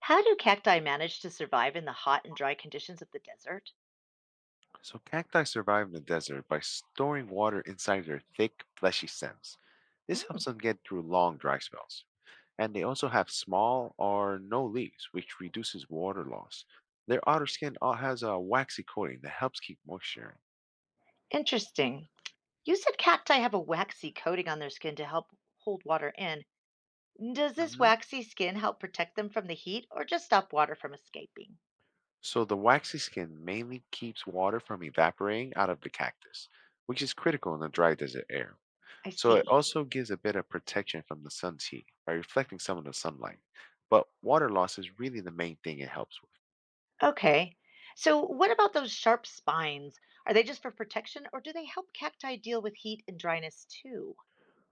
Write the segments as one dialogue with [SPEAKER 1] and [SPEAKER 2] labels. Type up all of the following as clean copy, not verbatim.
[SPEAKER 1] How do cacti manage to survive in the hot and dry conditions of the desert?
[SPEAKER 2] So cacti survive in the desert by storing water inside their thick, fleshy stems. This
[SPEAKER 1] Hmm,
[SPEAKER 2] helps them get through long dry spells. And they also have small or no leaves, which reduces water loss. Their outer skin has a waxy coating that helps keep moisture
[SPEAKER 1] interesting. You said cacti have a waxy coating on their skin to help hold water in. Does
[SPEAKER 2] in.
[SPEAKER 1] this
[SPEAKER 2] Mhm.
[SPEAKER 1] waxy skin help protect them from the heat or just stop water from escaping?
[SPEAKER 2] So the waxy skin mainly keeps water from evaporating out of the cactus, which is critical in the dry desert air.
[SPEAKER 1] I
[SPEAKER 2] So it
[SPEAKER 1] see.
[SPEAKER 2] also gives a bit of protection from the sun's heat by reflecting some of the sunlight. But water loss is really the main thing it helps with.
[SPEAKER 1] Okay. So, what about those sharp spines? Are they just for protection or do they help cacti deal with heat and dryness too?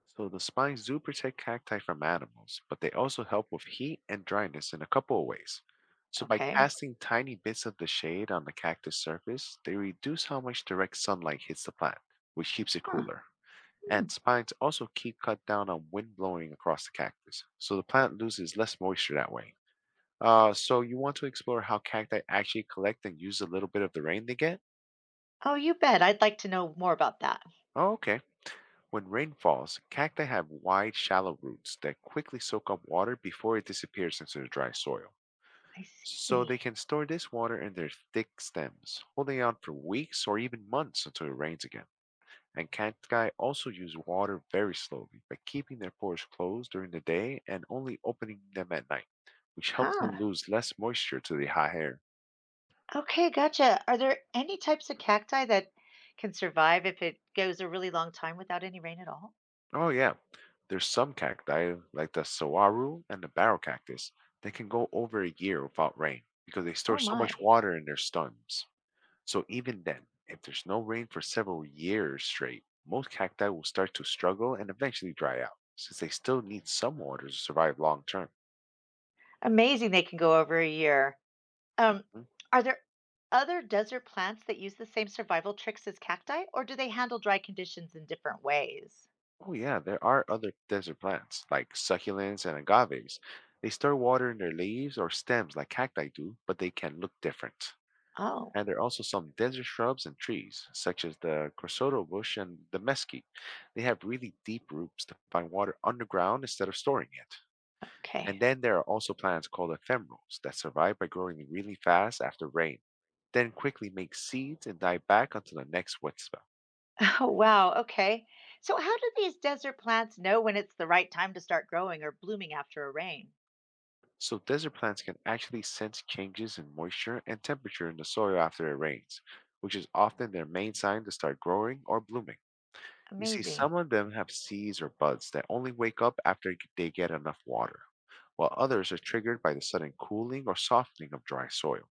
[SPEAKER 2] So the spines do protect cacti from animals, but they also help with heat and dryness in a couple of ways. So by
[SPEAKER 1] Okay.
[SPEAKER 2] casting tiny bits of the shade on the cactus surface, they reduce how much direct sunlight hits the plant, which keeps it
[SPEAKER 1] Huh.
[SPEAKER 2] cooler.
[SPEAKER 1] Hmm.
[SPEAKER 2] And spines also keep cut down on wind blowing across the cactus, so the plant loses less moisture that way. So you want to explore how cacti actually collect and use a little bit of the rain they get?
[SPEAKER 1] Oh, you bet. I'd like to know more about that.
[SPEAKER 2] Oh, okay. When rain falls, cacti have wide, shallow roots that quickly soak up water before it disappears into the dry soil.
[SPEAKER 1] I
[SPEAKER 2] So
[SPEAKER 1] see.
[SPEAKER 2] they can store this water in their thick stems, holding on for weeks or even months until it rains again. And cacti also use water very slowly by keeping their pores closed during the day and only opening them at night, which helps them
[SPEAKER 1] Huh.
[SPEAKER 2] lose less moisture to the hot air.
[SPEAKER 1] Okay, gotcha. Are there any types of cacti that can survive if it goes a really long time without any rain at all?
[SPEAKER 2] Oh yeah, there's some cacti like the saguaro and the barrel cactus that can go over a year without rain because they store
[SPEAKER 1] Oh
[SPEAKER 2] so much
[SPEAKER 1] my.
[SPEAKER 2] water in their stems. So even then, if there's no rain for several years straight, most cacti will start to struggle and eventually dry out since they still need some water to survive long term.
[SPEAKER 1] Amazing they can go over a year. Um,
[SPEAKER 2] Mm.
[SPEAKER 1] are there other desert plants that use the same survival tricks as cacti, or do they handle dry conditions in different ways?
[SPEAKER 2] Oh yeah, there are other desert plants like succulents and agaves. They store water in their leaves or stems like cacti do, but they can look different.
[SPEAKER 1] Oh,
[SPEAKER 2] And there are also some desert shrubs and trees, such as the Corsoto bush and the mesquite. They have really deep roots to find water underground instead of storing it.
[SPEAKER 1] okay.
[SPEAKER 2] And then there are also plants called ephemerals that survive by growing really fast after rain, then quickly make seeds and die back until the next wet spell.
[SPEAKER 1] Oh, wow. Okay. So, how do these desert plants know when it's the right time to start growing or blooming after a rain?
[SPEAKER 2] So desert plants can actually sense changes in moisture and temperature in the soil after it rains, which is often their main sign to start growing or blooming. You see, some
[SPEAKER 1] Amazing.
[SPEAKER 2] of them have seeds or buds that only wake up after they get enough water, while others are triggered by the sudden cooling or softening of dry soil.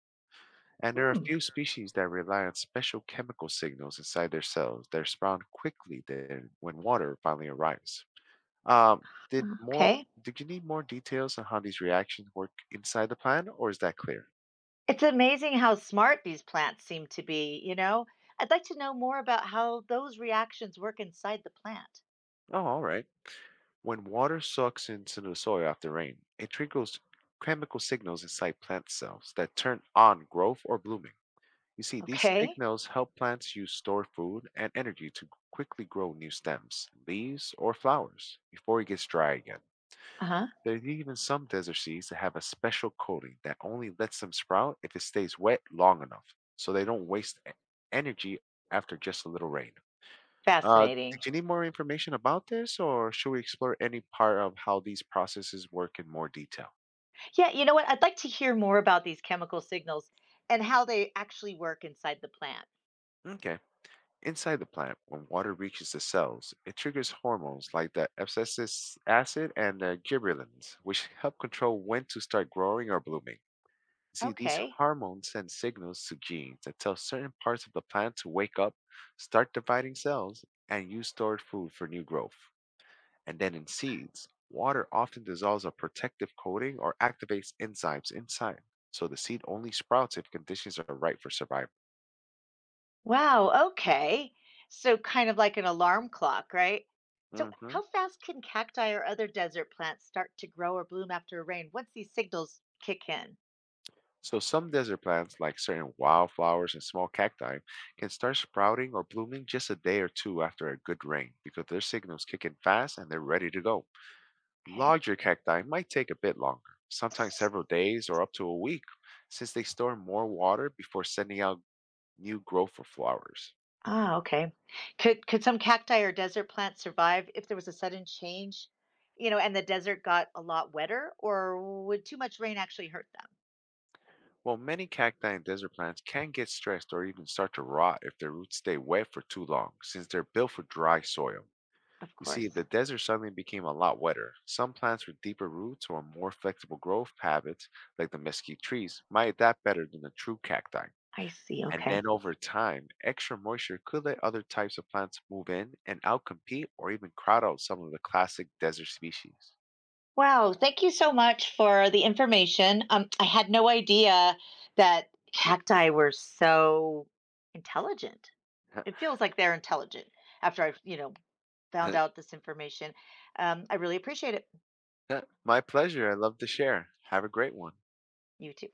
[SPEAKER 2] And there are a
[SPEAKER 1] Hmm.
[SPEAKER 2] few species that rely on special chemical signals inside their cells that respond quickly then when water finally arrives. Um, did more?
[SPEAKER 1] Okay.
[SPEAKER 2] Did you need more details on how these reactions work inside the plant, or is that clear?
[SPEAKER 1] It's amazing how smart these plants seem to be, you know? I'd like to know more about how those reactions work inside the plant.
[SPEAKER 2] Oh, all right. When water soaks into the soil after rain, it triggers chemical signals inside plant cells that turn on growth or blooming. You see, these
[SPEAKER 1] Okay.
[SPEAKER 2] signals help plants use stored food and energy to quickly grow new stems, leaves, or flowers before it gets dry again.
[SPEAKER 1] Uh huh.
[SPEAKER 2] There's even some desert seeds that have a special coating that only lets them sprout if it stays wet long enough, so they don't waste energy after just a little rain. Uh,
[SPEAKER 1] Fascinating.
[SPEAKER 2] did you need more information about this, or should we explore any part of how these processes work in more detail?
[SPEAKER 1] Yeah, you know what? I'd like to hear more about these chemical signals and how they actually work inside the plant.
[SPEAKER 2] Okay. Inside the plant, when water reaches the cells, it triggers hormones like the abscisic acid and the gibberellins, which help control when to start growing or blooming. See, these
[SPEAKER 1] Okay.
[SPEAKER 2] hormones send signals to genes that tell certain parts of the plant to wake up, start dividing cells, and use stored food for new growth. And then in seeds, water often dissolves a protective coating or activates enzymes inside. So the seed only sprouts if conditions are right for survival.
[SPEAKER 1] Wow. Okay. So, kind of like an alarm clock, right? So, how
[SPEAKER 2] Mhm.
[SPEAKER 1] fast can cacti or other desert plants start to grow or bloom after a rain once these signals kick in?
[SPEAKER 2] So some desert plants, like certain wildflowers and small cacti, can start sprouting or blooming just a day or two after a good rain because their signals kick in fast and they're ready to go.
[SPEAKER 1] Okay.
[SPEAKER 2] Larger cacti might take a bit longer, sometimes several days or up to a week, since they store more water before sending out new growth for flowers.
[SPEAKER 1] Ah, okay. Could some cacti or desert plants survive if there was a sudden change, and the desert got a lot wetter, or would too much rain actually hurt them?
[SPEAKER 2] Well, many cacti and desert plants can get stressed or even start to rot if their roots stay wet for too long, since they're built for dry soil.
[SPEAKER 1] Of
[SPEAKER 2] You see,
[SPEAKER 1] course.
[SPEAKER 2] if the desert suddenly became a lot wetter, some plants with deeper roots or more flexible growth habits, like the mesquite trees, might adapt better than the true cacti.
[SPEAKER 1] I see.
[SPEAKER 2] And
[SPEAKER 1] Okay.
[SPEAKER 2] then over time, extra moisture could let other types of plants move in and outcompete or even crowd out some of the classic desert species.
[SPEAKER 1] Wow. Thank you so much for the information. I had no idea that cacti were so intelligent. It feels like they're intelligent after I've found out this information. I really appreciate it.
[SPEAKER 2] My pleasure. I love to share. Have a great one.
[SPEAKER 1] You too.